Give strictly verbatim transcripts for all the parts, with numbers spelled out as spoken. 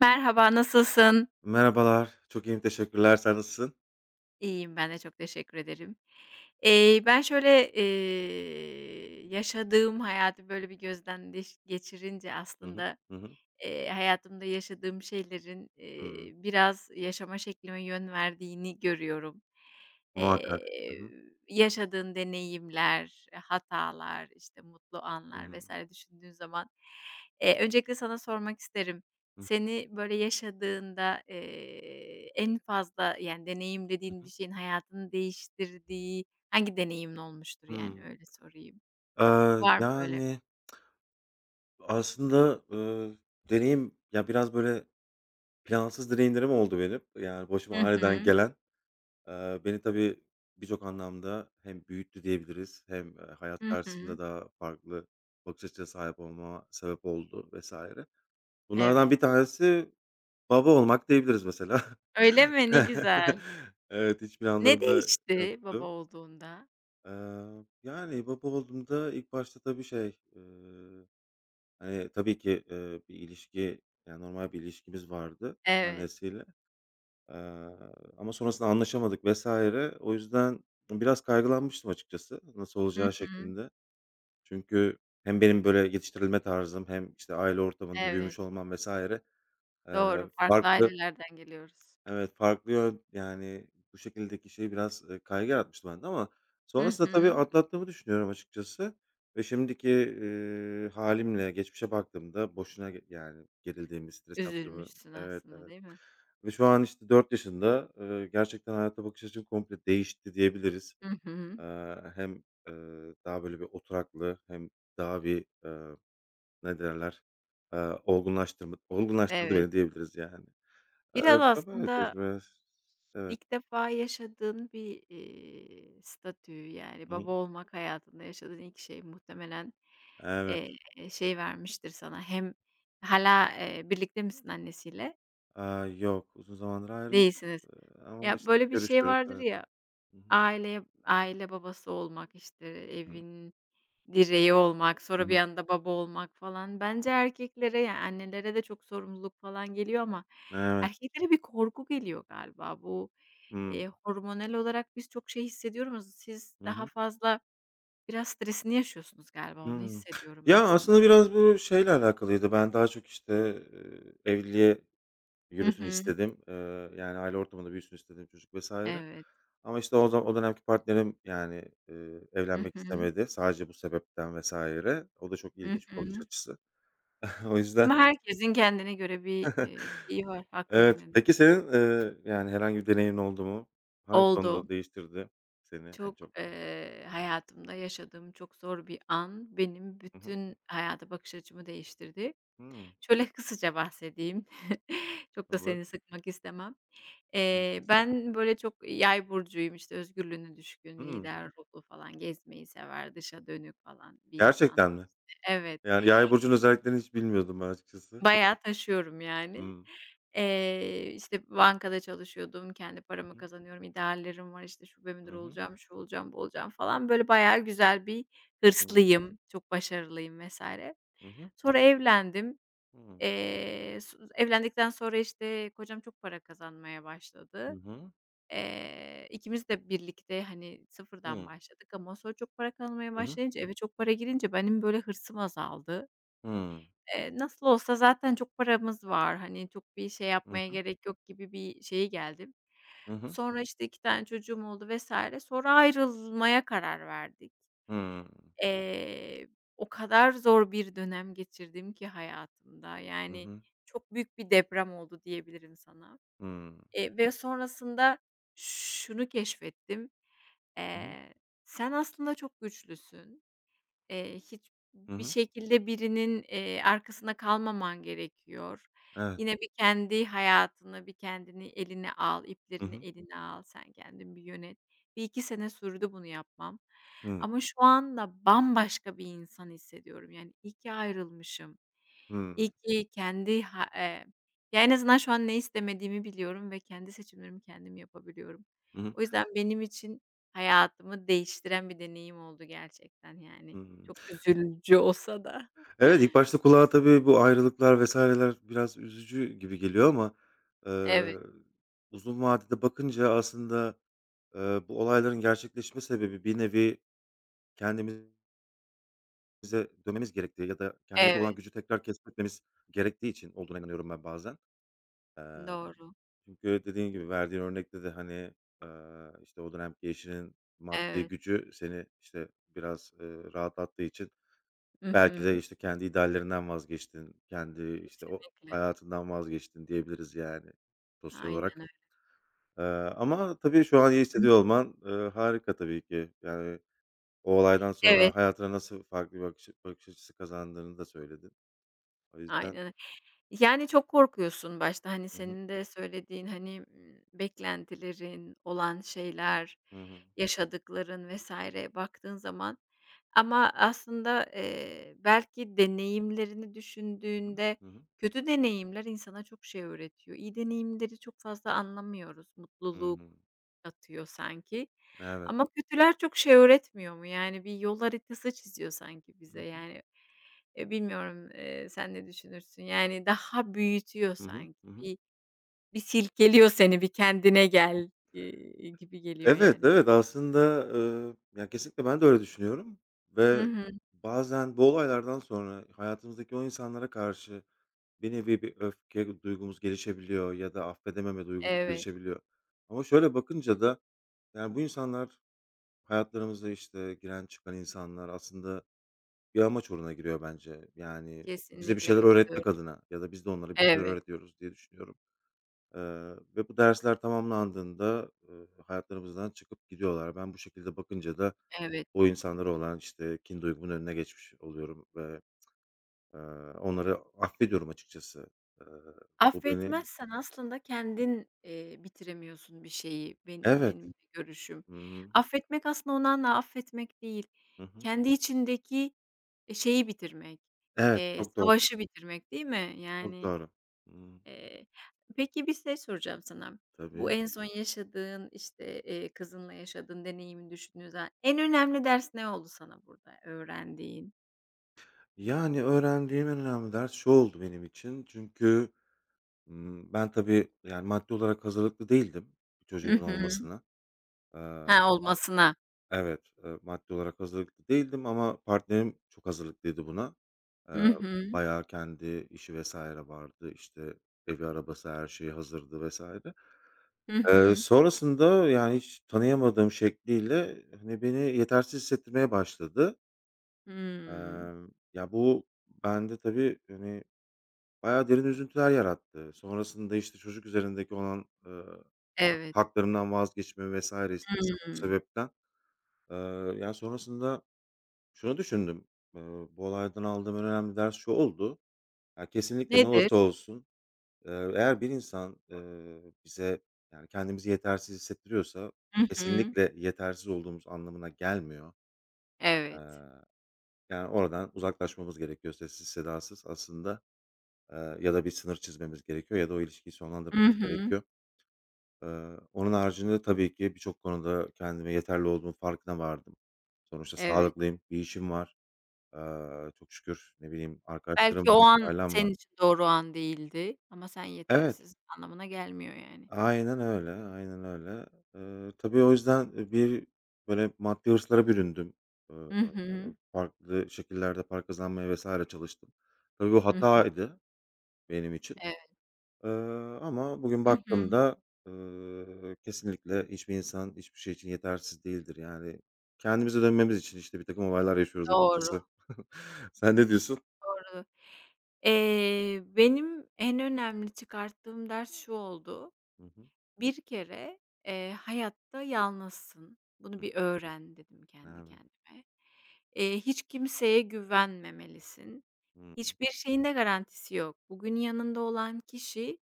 Merhaba, nasılsın? Merhabalar, çok iyiyim, teşekkürler. Sen nasılsın? İyiyim, ben de çok teşekkür ederim. Eee, ben şöyle, eee, yaşadığım hayatı böyle bir gözden deş geçirince Hı hı. aslında, Hı hı. Eee, hayatımda yaşadığım şeylerin, eee, Hımm, biraz yaşama şeklime yön verdiğini görüyorum. muhakkak. Hı Eee, hı. Yaşadığın deneyimler, hatalar, işte, mutlu Hı anlar hı. vesaire düşündüğün zaman, eee, öncelikle sana sormak isterim. Hı Seni, böyle, yaşadığında, eee, en fazla, yani, deneyimlediğin bir hı. şeyin hayatını değiştirdiği hangi deneyimin olmuştur, yani, Hımm. öyle sorayım? Eee, Var mı böyle? yani, aslında, eee, deneyim ya, biraz, böyle, plansız deneyimlerim oldu benim. Yani, Hı başıma aniden hı. gelen. Eee, beni tabii birçok anlamda hem büyüttü diyebiliriz hem, eee, hayat Hı hı. karşısında daha farklı bakış açısına sahip olmama sebep oldu vesaire. Bunlardan Evet. bir tanesi baba olmak diyebiliriz mesela. Öyle mi? Ne güzel. Evet, hiçbir Ne anılarımda değişti baba yoktu. olduğunda? Eee, yani baba olduğumda ilk başta tabii şey, eee, hani, tabii ki, eee, bir ilişki, yani, normal bir ilişkimiz vardı Evet. annesiyle, eee, ama sonrasında anlaşamadık vesaire. O yüzden biraz kaygılanmıştım açıkçası nasıl Hı olacağı hı. şeklinde. Çünkü hem benim böyle yetiştirilme tarzım hem, işte, aile ortamında Evet, büyümüş olmam vesaire eee, doğru. Farklı farklı. ailelerden geliyoruz. Evet, farklı yön yani bu şekildeki şey biraz, eee, kaygı yaratmıştı bende ama Hı sonrasında tabii hı. atlattığımı düşünüyorum açıkçası ve şimdiki, eee, hâlimle geçmişe baktığımda boşuna ge yani gerildiğimi, stres yaptığımı. Üzülmüşsün Evet, aslında, evet değil mi? ve şu an, işte, dört yaşında. Eee, gerçekten hayata bakış açım komple değişti diyebiliriz. Hı hı. Eee, hem, eee, daha böyle bir oturaklı hem daha bir, eee, ne derler, eee, olgunlaştırma olgunlaştırdı Evet. beni diyebiliriz yani. Biraz Eee, ba böyle aslında tecrübe. Evet. ilk defa yaşadığın bir, eee, statüyü, yani, Hı hı. baba olmak hayatında yaşadığın ilk şey muhtemelen, Evet. eee, şey vermiştir sana hem hala eee, birlikte misin annesiyle? Aaa, yok, uzun zamandır ayrıyız, Değilsiniz. eee, ama, Ya, işte, böyle bir şey görüşüyoruz, vardır evet. ya, Hı hı. aile aile babası olmak, işte, evin direği olmak, Hı sonra bir hı. anda baba olmak falan. Bence erkeklere, yani, annelere de çok sorumluluk falan geliyor ama Evet. erkeklere bir korku geliyor galiba. Bu, Hıı. eee, hormonal olarak biz çok şey hissediyoruz. Siz Hı daha hı. fazla biraz stresini yaşıyorsunuz galiba, onu Hıı. hissediyorum Ya, aslında. aslında biraz bu şeyle alakalıydı. Ben daha çok, işte, eee, evliliğe Hı yürüsün hı. istedim. Eee, yani, aile ortamında büyüsün istedim çocuk vesaire. Evet. Ama, işte, o za o dönemki partnerim, yani, eee, Hı evlenmek hı. istemedi sadece bu sebepten vesaire. O da çok Hı ilginç bir bakış hı. açısı. O yüzden. Ama herkesin kendine göre bir, eee, şeyi var, haklı bir Evet. nevi. Peki senin, eee, yani, herhangi bir deneyimin oldu mu? Hangi Oldu. konuda değiştirdi seni en Çok, çok? eee, hayatımda yaşadığım çok zor bir an, benim Hı hı. bütün hayata bakış açımı değiştirdi. Hımm. Şöyle kısaca bahsedeyim, çok da Olur. seni sıkmak istemem. Eee, ben böyle çok yay burcuyum, işte, özgürlüğüne düşkün, Hımm. lider ruhlu falan, gezmeyi sever, dışa dönük falan bir insan. Gerçekten mi? Evet. Yani, yay burcunun özelliklerini hiç bilmiyordum ben açıkçası. Bayağı taşıyorum yani. Hımm. Eee, işte, bankada çalışıyordum, kendi paramı Hı hı. kazanıyorum, ideallerim var, işte, şube Hı müdürü hı. olacağım, şu olacağım, bu olacağım falan. Böyle bayağı güzel bir Hımm. hırslıyım, çok başarılıyım vesaire. Hı hı. Sonra evlendim. Hımm. Eee, s Evlendikten sonra, işte, kocam çok para kazanmaya Hı başladı. hı. Eee, ikimiz de birlikte, hani, sıfırdan başladık ama sonra çok para kazanmaya başlayınca, eve çok para girince benim böyle hırsım azaldı. Hımm. Eee, nasıl olsa zaten çok paramız var, hani, çok bir şey yapmaya Hı gerek yok gibi bir şeye geldim. hı. Sonra, işte, iki tane çocuğum oldu vesaire. Sonra ayrılmaya karar verdik. Hımm. Eee, O kadar zor bir dönem geçirdim ki hayatımda, Hı hı. yani, Hı hı. çok büyük bir deprem oldu diyebilirim sana. Hımm. Eee, ve sonrasında şunu keşfettim: Hı hı. Hımm. Hı hı. Eee, sen aslında çok güçlüsün. Eee, Hı Hiçbir hı. şekilde birinin, eee, arkasında kalmaman gerekiyor. Evet. Yine bir kendi hayatını, bir kendini eline al, Hı iplerini hı. eline al, sen kendin bir yönet. Bir iki sene sürdü bunu yapmam Hımm. ama şu anda bambaşka bir insan hissediyorum. Yani iyi ki ayrılmışım. Hımm. İyi ki kendi ha eee, ya, en azından şu an ne istemediğimi biliyorum ve kendi seçimlerimi kendim yapabiliyorum. Hı hı. O yüzden benim için hayatımı değiştiren bir deneyim oldu gerçekten yani. Hımm. Çok üzücü olsa da. Evet, ilk başta kulağa tabii bu ayrılıklar vesaireler biraz üzücü gibi geliyor ama, eee, Evet, uzun vadede bakınca aslında, eee, bu olayların gerçekleşme sebebi bir nevi kendimize dönmemiz gerektiği ya da kendimizde evet, olan gücü tekrar keşfetmemiz gerektiği için olduğuna inanıyorum ben bazen. Emm, doğru. çünkü dediğin gibi verdiğin örnekte de, hani, eee, işte, o dönemki eşinin maddi Evet. gücü seni, işte, biraz, eee, rahatlattığı için Hı belki de, hı. işte, kendi ideallerinden vazgeçtin, kendi, işte, o Kesinlikle. hayatından vazgeçtin diyebiliriz, yani, sosyal Aynen olarak. öyle. Eee, ama tabii şu an iyi Hı. hissediyor olman, eee, harika tabii ki. Yani, o olaydan Evet, sonra hayatına nasıl farklı bir bakış bakış açısı kazandığını da söyledin. O aynen yüzden. öyle. Yani, çok korkuyorsun başta, hani, Hı hı. senin de söylediğin, hani, ımm, beklentilerin, olan şeyler, Hı hı. yaşadıkların vesaire baktığın zaman. Ama aslında, eee, belki deneyimlerini Hı hı. düşündüğünde Hı hı. kötü deneyimler insana çok şey öğretiyor. İyi deneyimleri çok fazla anlamıyoruz. Mutluluk Hımm. atıyor sanki Evet. ama kötüler çok şey öğretmiyor mu? Yani bir yol haritası çiziyor sanki Hı bize. hı. Yani, eee, bilmiyorum, eee, sen ne düşünürsün? Yani daha büyütüyor Hı hı. sanki. Hı hı. Bir bir silkeliyor seni, bir kendine gel, eee, gibi geliyor Evet, yani. evet, aslında, eee, ya, kesinlikle ben de öyle düşünüyorum Hı ve hı. bazen bu olaylardan sonra hayatımızdaki o insanlara karşı bir nevi bir öfke duygumuz gelişebiliyor ya da affedememe duygusu Evet, gelişebiliyor. Ama şöyle bakınca da, yani, bu insanlar hayatlarımıza, işte, giren çıkan insanlar aslında bir amaç uğruna giriyor bence. Yani, bize bir kesinlikle şeyler öğretmek katılıyorum. adına ya da biz de onlara bir şeyler Evet. öğretiyoruz diye düşünüyorum. Eee, ve bu dersler tamamlandığında, ııı, hayatlarımızdan çıkıp gidiyorlar. Ben bu şekilde bakınca da Evet. o insanlara olan, işte, kin duygumun önüne geçmiş oluyorum ve, eee, onları affediyorum açıkçası. Eee, bu beni. Affetmezsen aslında kendin, eee, bitiremiyorsun bir şeyi. Ben Evet. benim görüşüm. Hı hı. Affetmek aslında onanla affetmek değil. Hı hı. Kendi içindeki, eee, şeyi bitirmek, Evet, eee, çok doğru, savaşı bitirmek değil mi? çok Yani, doğru. Hımm. eee, peki bir şey soracağım sana. Bu Tabii. en son yaşadığın, işte, eee, kızınla yaşadığın deneyimi düşündüğün zaman en önemli ders ne oldu sana burada öğrendiğin? Yani, öğrendiğim en önemli ders şu oldu benim için çünkü, ımm, ben tabii, yani, maddi olarak hazırlıklı değildim bir Hı çocuğumun hı. olmasına. Eee, a Ha, olmasına. evet, eee, maddi olarak hazırlıklı değildim ama partnerim çok hazırlıklıydı buna. Hı Eee, hı. bayağı kendi işi vesaire vardı, işte, evi, arabası, her şeyi hazırdı vesaire. Hı Eee, hı. sonrasında, yani, hiç tanıyamadığım şekliyle, hani, beni yetersiz hissettirmeye başladı. Hımm. Emm, ya, bu bende tabii, hani, bayağı derin üzüntüler yarattı. Sonrasında, işte, çocuk üzerindeki olan, ııı, hak Evet. haklarımdan vazgeçme vesaire işte, sırf bu Hımm. sebepten. Eee, yani, sonrasında şunu düşündüm, eee, bu olaydan aldığım en önemli ders şu oldu: Ya, kesinlikle ne Nedir? olursa olsun. Eee, eğer bir insan, eee, bize, yani, kendimizi yetersiz hissettiriyorsa Hı hı. kesinlikle yetersiz olduğumuz anlamına gelmiyor. Evet. Eee, yani, oradan uzaklaşmamız gerekiyor sessiz sedasız aslında, eee, ya da bir sınır çizmemiz gerekiyor ya da o ilişkiyi Hı sonlandırmamız hı. gerekiyor. Eee, onun haricinde tabii ki birçok konuda kendime yeterli olduğumun farkına vardım. Sonuçta Evet. sağlıklıyım, bir işim var, eee, çok şükür, ne bileyim, Belki arkadaşlarım o var, an ailem var. senin için doğru an değildi ama sen Evet. yetersiz anlamına gelmiyor yani. Aynen öyle, aynen öyle. Eee, tabii o yüzden, bir, böyle, maddi hırslara büründüm. Eee, Hı hı. farklı şekillerde para kazanmaya vesaire çalıştım. Tabii bu Hı hı. hataydı benim için, Evet. eee, ama bugün Hı hı. baktığımda, eee, kesinlikle hiçbir insan hiçbir şey için yetersiz değildir. Yani kendimize dönmemiz için, işte, bir takım olaylar yaşıyoruz Doğru, açıkçası. Sen ne diyorsun? doğru. Eee, benim en önemli çıkarttığım ders şu oldu. Hı hı. Bir kere, eee, hayatta yalnızsın. Bunu Hı. bir öğren dedim kendi Evet. kendime. Eee, hiç kimseye güvenmemelisin. Hı hı. Hiçbir şeyin de garantisi yok. Bugün yanında olan kişi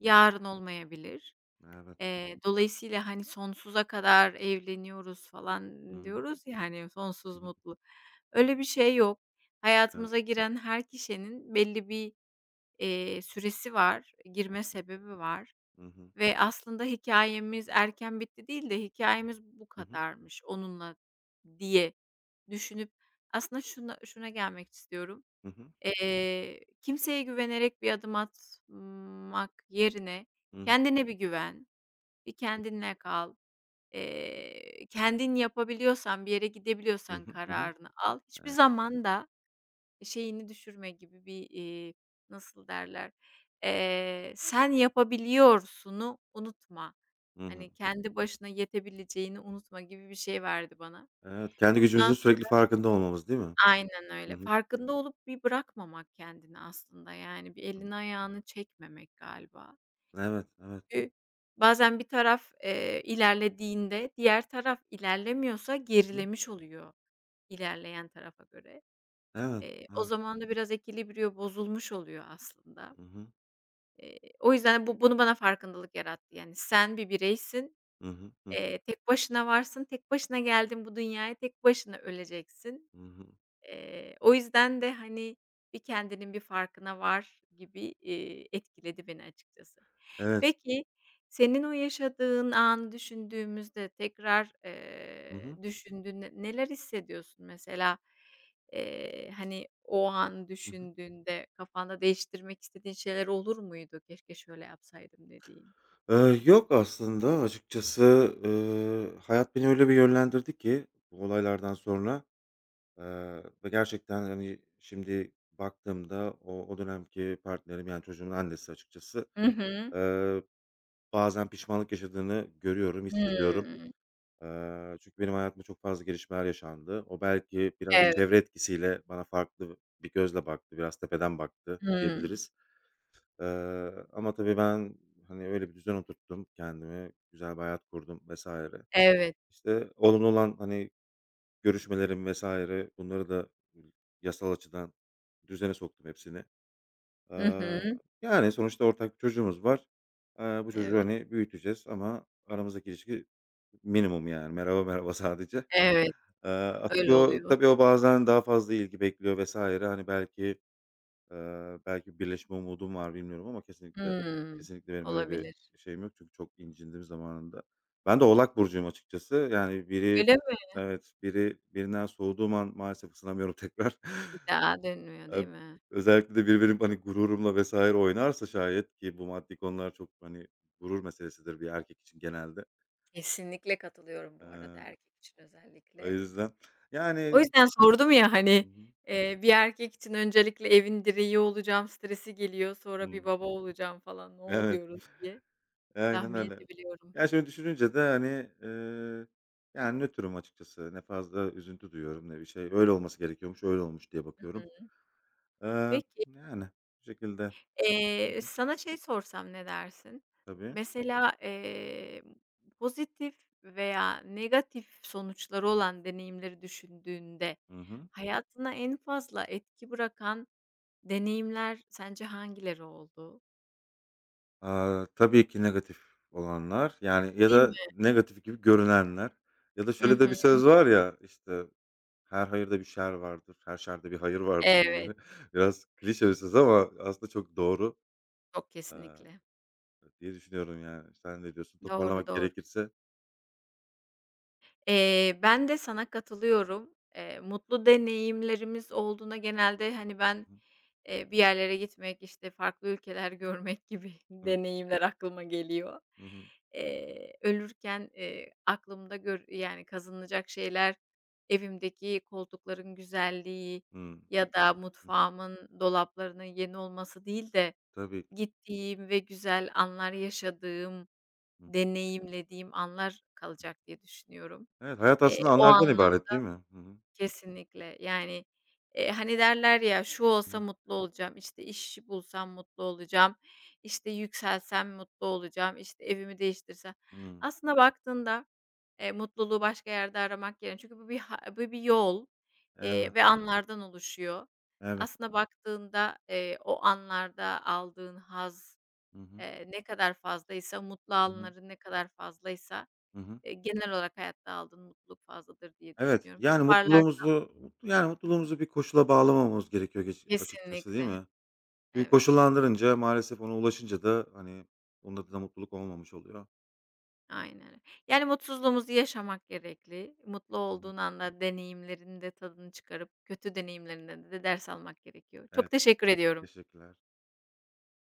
yarın olmayabilir. Evet. Eee, dolayısıyla, hani, sonsuza kadar evleniyoruz falan Hı hı. diyoruz ya, hani, Hı sonsuz hı. mutlu. Öyle bir şey yok. Evet. Hayatımıza giren her kişinin belli bir, eee, süresi var, girme sebebi var ve aslında hikayemiz erken bitti değil de hikayemiz bu Hı hı. kadarmış onunla diye düşünüp aslında şuna şuna gelmek istiyorum. Hı hı. Eee, kimseye güvenerek bir adım atmak yerine Hı hı. Hı hı. kendine bir güven, bir kendinle kal, eee, kendin yapabiliyorsan, bir yere Hı gidebiliyorsan hı. Hı hı. kararını al. Hiçbir Eee, zaman da şeyini düşürme gibi bir, iii, nasıl derler, eee, sen yapabiliyorsunu unutma. hı hı. Hani, kendi başına yetebileceğini unutma gibi bir şey verdi bana. Evet, kendi gücümüzün sürekli farkında olmamız, değil mi? Aynen Hı öyle. hı. Farkında olup bir bırakmamak kendini aslında, yani, bir Hı. elini ayağını çekmemek galiba. Evet, evet. Çünkü bazen bir taraf, eee, ilerlediğinde diğer taraf ilerlemiyorsa Hı. gerilemiş oluyor ilerleyen tarafa göre. Evet, Eee, o evet. zaman da biraz ekilibriyo bozulmuş oluyor aslında. Hı hı. Eee, o yüzden bu bunu bana farkındalık yarattı. Yani, sen bir bireysin, Hı hı. Hı hı. eee, tek başına varsın, tek başına geldin bu dünyaya, tek başına öleceksin. Hı hı. Eee, o yüzden de, hani, bir kendinin bir farkına var gibi, iii, etkiledi beni açıkçası. Evet. Peki, senin o yaşadığın anı düşündüğümüzde tekrar, Hı eee, hı. düşündüğünde neler hissediyorsun mesela? Eee, hani, o an Hı hı. düşündüğünde kafanda değiştirmek istediğin şeyler olur muydu? "Keşke şöyle yapsaydım." dediğin? Eee, yok aslında açıkçası, eee, hayat beni öyle bir yönlendirdi ki bu olaylardan sonra, eee, ve gerçekten, hani, şimdi baktığımda o o dönemki partnerim, yani, çocuğumun annesi açıkçası, Hı hı. eee, bazen pişmanlık yaşadığını görüyorum, hissediyorum. Hımm. Eee, çünkü benim hayatımda çok fazla gelişmeler yaşandı. O belki biraz da Evet. çevre etkisiyle bana farklı bir gözle baktı, biraz tepeden baktı Hımm. diyebiliriz. Eee, ama tabii ben, hani, öyle bir düzen oturttum kendime, güzel bir hayat kurdum vesaire. Evet. İşte, olumlu olan, hani, görüşmelerim vesaire, bunları da yasal açıdan düzene soktum hepsini. Hı Eee, hı. yani, sonuçta ortak bir çocuğumuz var. Eee, bu Evet, çocuğu, hani, büyüteceğiz ama aramızdaki ilişki minimum yani merhaba merhaba sadece. evet. Eee, tabii Öyle o oluyor. tabii o bazen daha fazla ilgi bekliyor vesaire hani belki, eee, belki birleşme umudum var bilmiyorum ama kesinlikle, Hımm. kesinlikle benim öyle bir Olabilir. şeyim yok çünkü çok incindim zamanında. Ben de Oğlak burcuyum açıkçası. Yani biri Öyle mi? evet, biri birinden soğuduğum an maalesef ısınamıyorum tekrar. Bir daha dönmüyor, değil Eee, mi? özellikle de biri benim, hani, gururumla vesaire oynarsa şayet ki bu maddi konular çok, hani, gurur meselesidir bir erkek için genelde. Kesinlikle katılıyorum bu arada Eee, erkek için o özellikle. yüzden O yani. yüzden sordum ya, Hı hani, hı. eee, bir erkek için öncelikle evin direği olacağım stresi geliyor, sonra bir Hımm. baba olacağım falan, ne Evet. oluyoruz diye Aynen tahmin öyle. edebiliyorum. Ya, şöyle düşününce de, hani, eee, yani, nötrüm açıkçası. Ne fazla üzüntü duyuyorum ne bir şey. Öyle olması gerekiyormuş, öyle olmuş diye Hı bakıyorum. hı. Eee, Peki, yani, bu şekilde. Hı Eee, hı. sana şey sorsam ne dersin? Tabii. Mesela, eee, pozitif veya negatif sonuçları olan deneyimleri düşündüğünde Hı hı. hayatına en fazla etki bırakan deneyimler sence hangileri oldu? Aaa, tabii ki negatif olanlar, yani, ya Değil mi? da negatif gibi görünenler ya da Hı şöyle de hı. bir söz var ya, işte, "Her hayırda bir şer vardır, her şerde bir hayır vardır." Evet, gibi. Biraz klişe bir söz ama aslında çok doğru. çok Eee kesinlikle. diye düşünüyorum yani. Sen ne diyorsun? Doğru, Toparlamak doğru. gerekirse. Eee, ben de sana katılıyorum. Eee, mutlu deneyimlerimiz olduğuna genelde, hani, ben, Hı eee, bir yerlere gitmek, işte, farklı ülkeler görmek gibi hı. deneyimler aklıma geliyor. Hı hı. Eee, ölürken, eee, aklımda gör yani, kazanılacak şeyler evimdeki koltukların güzelliği Hıı. ya da Hı. mutfağımın dolaplarının yeni olması değil de Tabii ki. gittiğim ve güzel anlar yaşadığım, Hı. deneyimlediğim anlar kalacak diye düşünüyorum. Evet, hayat Eee, aslında O anlardan anlam ibaret değil mi? Hı hı. kesinlikle. Yani, eee, hani, derler ya, "Şu Hı olsa hı. mutlu olacağım, işte, iş bulsam mutlu olacağım, işte, yükselsem mutlu olacağım, işte, evimi değiştirsem." Hıı. Aslında baktığında, eee, mutluluğu başka yerde aramak yerine çünkü bu bir ha bu bir yol, eee, Evet, ve anlardan oluşuyor. evet. Aslında baktığında, eee, o anlarda aldığın haz, Hı hı. eee, ne kadar fazlaysa, mutlu Hı hı. anların ne kadar fazlaysa Hı hı. Eee, genel olarak hayatta aldığın mutluluk fazladır diye Evet, düşünüyorum. yani Toparlarsam mutluluğumuzu mutlu yani mutluluğumuzu bir koşula bağlamamamız gerekiyor geç açıkçası değil kesinlikle. mi? Çünkü Evet, evet. koşullandırınca maalesef ona ulaşınca da, hani, onda da mutluluk olmamış oluyor. Aynen öyle. Yani mutsuzluğumuzu yaşamak gerekli. Mutlu Evet. olduğun anda deneyimlerin de tadını çıkarıp kötü deneyimlerinden de ders almak gerekiyor. Çok Evet, teşekkür ediyorum. teşekkürler.